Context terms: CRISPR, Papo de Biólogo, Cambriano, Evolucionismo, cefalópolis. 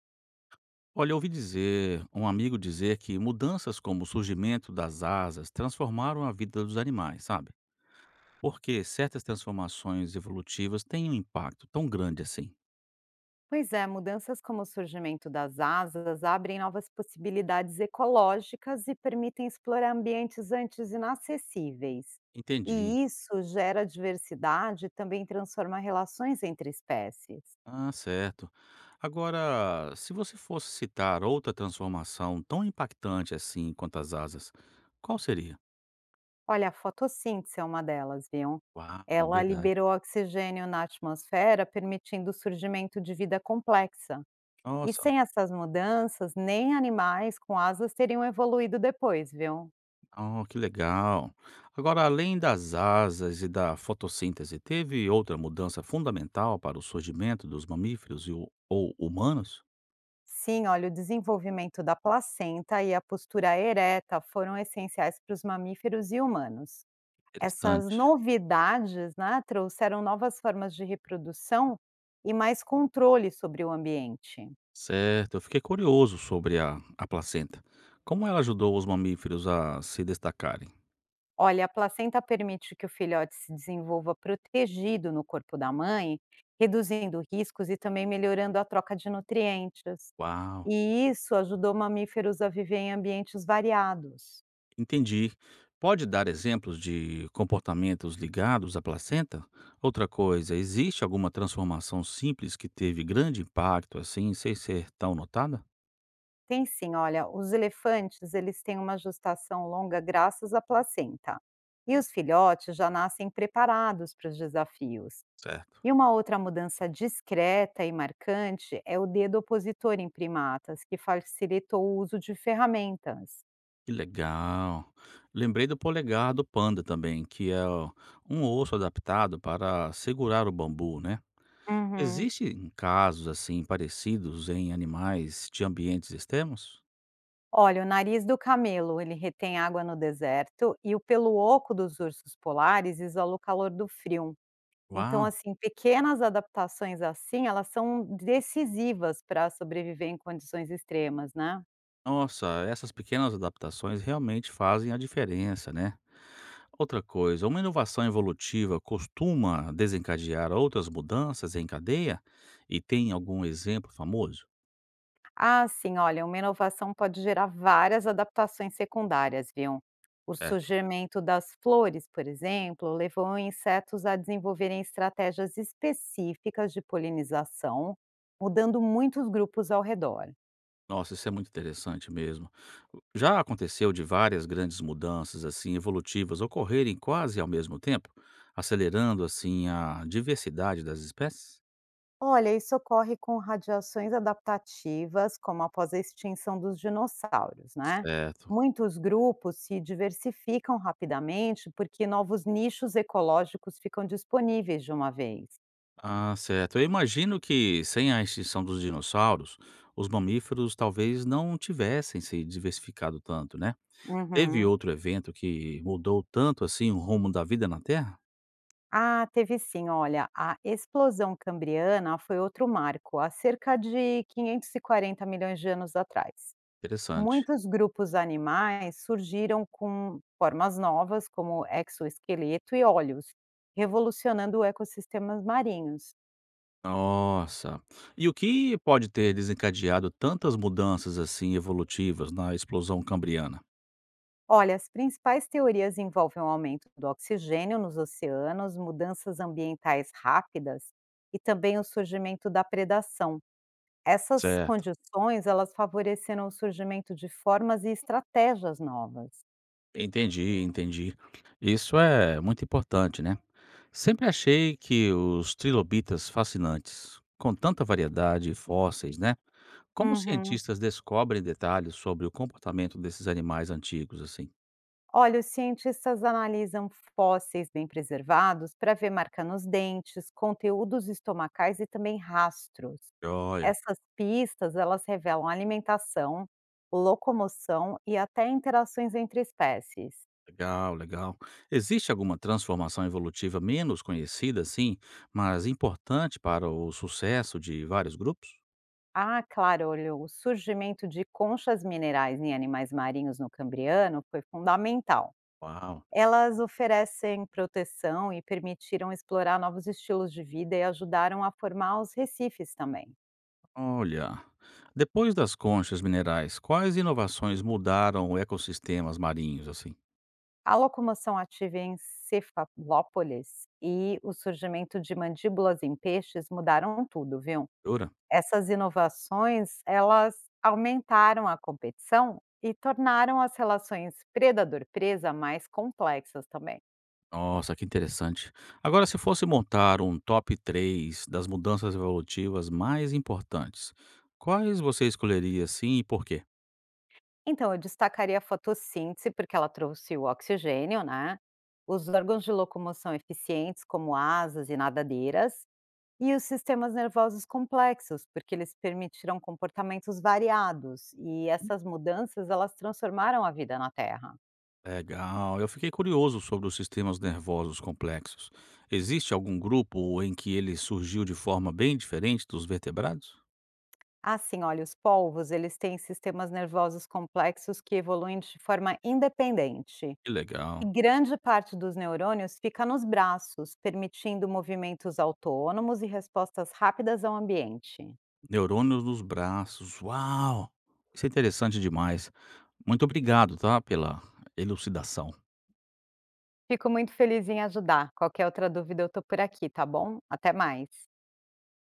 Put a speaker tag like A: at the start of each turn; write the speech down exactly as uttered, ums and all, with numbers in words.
A: Olha, eu ouvi dizer, um amigo dizer que mudanças como o surgimento das asas transformaram a vida dos animais, sabe? Porque certas transformações evolutivas têm um impacto tão grande assim.
B: Pois é, mudanças como o surgimento das asas abrem novas possibilidades ecológicas e permitem explorar ambientes antes inacessíveis.
A: Entendi.
B: E isso gera diversidade e também transforma relações entre espécies.
A: Ah, certo. Agora, se você fosse citar outra transformação tão impactante assim quanto as asas, qual seria?
B: Olha, a fotossíntese é uma delas, viu?
A: Uau,
B: Ela
A: verdade.
B: liberou oxigênio na atmosfera, permitindo o surgimento de vida complexa. E
A: Nossa.
B: sem essas mudanças, nem animais com asas teriam evoluído depois, viu?
A: Oh, que legal. Agora, além das asas e da fotossíntese, teve outra mudança fundamental para o surgimento dos mamíferos e o- ou humanos?
B: Sim, olha, o desenvolvimento da placenta e a postura ereta foram essenciais para os mamíferos e humanos. Essas
A: Interessante.
B: novidades né, trouxeram novas formas de reprodução e mais controle sobre o ambiente.
A: Certo, eu fiquei curioso sobre a, a placenta. Como ela ajudou os mamíferos a se destacarem?
B: Olha, a placenta permite que o filhote se desenvolva protegido no corpo da mãe, reduzindo riscos e também melhorando a troca de nutrientes.
A: Uau,
B: E isso ajudou mamíferos a viver em ambientes variados.
A: entendi. Pode dar exemplos de comportamentos ligados à placenta? Outra coisa, existe alguma transformação simples que teve grande impacto assim, sem ser tão notada?
B: Tem sim, olha, os elefantes, eles têm uma gestação longa graças à placenta. E os filhotes já nascem preparados para os desafios.
A: Certo.
B: E uma outra mudança discreta e marcante é o dedo opositor em primatas, que facilitou o uso de ferramentas.
A: Que legal. Lembrei do polegar do panda também, que é ó, um osso adaptado para segurar o bambu, né?
B: Uhum.
A: Existem casos assim parecidos em animais de ambientes extremos?
B: Olha, o nariz do camelo, ele retém água no deserto, e o pelo oco dos ursos polares isola o calor do frio. Então,
A: Uau!
B: assim, pequenas adaptações assim, elas são decisivas para sobreviver em condições extremas, né.
A: Nossa, essas pequenas adaptações realmente fazem a diferença, né? Outra coisa, uma inovação evolutiva costuma desencadear outras mudanças em cadeia? E tem algum exemplo famoso?
B: Ah, sim, olha, uma inovação pode gerar várias adaptações secundárias, viu. O
A: Certo.
B: surgimento das flores, por exemplo, levou insetos a desenvolverem estratégias específicas de polinização, mudando muitos grupos ao redor.
A: Nossa, isso é muito interessante mesmo. Já aconteceu de várias grandes mudanças assim evolutivas ocorrerem quase ao mesmo tempo, acelerando assim a diversidade das espécies?
B: Olha, isso ocorre com radiações adaptativas, como após a extinção dos dinossauros, né?
A: Certo.
B: Muitos grupos se diversificam rapidamente porque novos nichos ecológicos ficam disponíveis de uma vez.
A: Ah, certo. Eu imagino que sem a extinção dos dinossauros, os mamíferos talvez não tivessem se diversificado tanto, né? Teve
B: Uhum.
A: outro evento que mudou tanto assim o rumo da vida na Terra?
B: Ah, teve sim, olha, a explosão cambriana foi outro marco, há cerca de quinhentos e quarenta milhões de anos atrás.
A: Interessante.
B: Muitos grupos animais surgiram com formas novas, como exoesqueleto e olhos, revolucionando ecossistemas marinhos.
A: Nossa. E o que pode ter desencadeado tantas mudanças, assim, evolutivas na explosão cambriana?
B: Olha, as principais teorias envolvem o aumento do oxigênio nos oceanos, mudanças ambientais rápidas e também o surgimento da predação. Essas
A: Certo.
B: condições, elas favoreceram o surgimento de formas e estratégias novas.
A: Entendi, entendi. Isso é muito importante, né? Sempre achei que os trilobitas fascinantes, com tanta variedade de fósseis, né? Como os
B: Uhum.
A: cientistas descobrem detalhes sobre o comportamento desses animais antigos, assim?
B: Olha, os cientistas analisam fósseis bem preservados para ver marca nos dentes, conteúdos estomacais e também rastros.
A: Joia.
B: Essas pistas, elas revelam alimentação, locomoção e até interações entre espécies.
A: Legal, legal. Existe alguma transformação evolutiva menos conhecida, assim, mas importante para o sucesso de vários grupos?
B: Ah, claro, olha, o surgimento de conchas minerais em animais marinhos no Cambriano foi fundamental.
A: Uau!
B: Elas oferecem proteção e permitiram explorar novos estilos de vida e ajudaram a formar os recifes também.
A: Olha, depois das conchas minerais, quais inovações mudaram ecossistemas marinhos, assim?
B: A locomoção ativa em cefalópolis e o surgimento de mandíbulas em peixes mudaram tudo, viu.
A: Jura?
B: Essas inovações, elas aumentaram a competição e tornaram as relações predador-presa mais complexas também.
A: Nossa, que interessante. Agora, se fosse montar um top três das mudanças evolutivas mais importantes, quais você escolheria, assim, e por quê?
B: Então eu destacaria a fotossíntese, porque ela trouxe o oxigênio, né, os órgãos de locomoção eficientes como asas e nadadeiras, e os sistemas nervosos complexos, porque eles permitiram comportamentos variados, e essas mudanças, elas transformaram a vida na Terra.
A: Legal. Eu fiquei curioso sobre os sistemas nervosos complexos. Existe algum grupo em que ele surgiu de forma bem diferente dos vertebrados?
B: Assim, olha, os polvos, eles têm sistemas nervosos complexos que evoluem de forma independente.
A: Que
B: E
A: legal.
B: grande parte dos neurônios fica nos braços, permitindo movimentos autônomos e respostas rápidas ao ambiente.
A: Neurônios nos braços. Uau! Isso é interessante demais. Muito obrigado, tá, pela elucidação.
B: Fico muito feliz em ajudar. Qualquer outra dúvida, eu tô por aqui, tá bom? Até mais.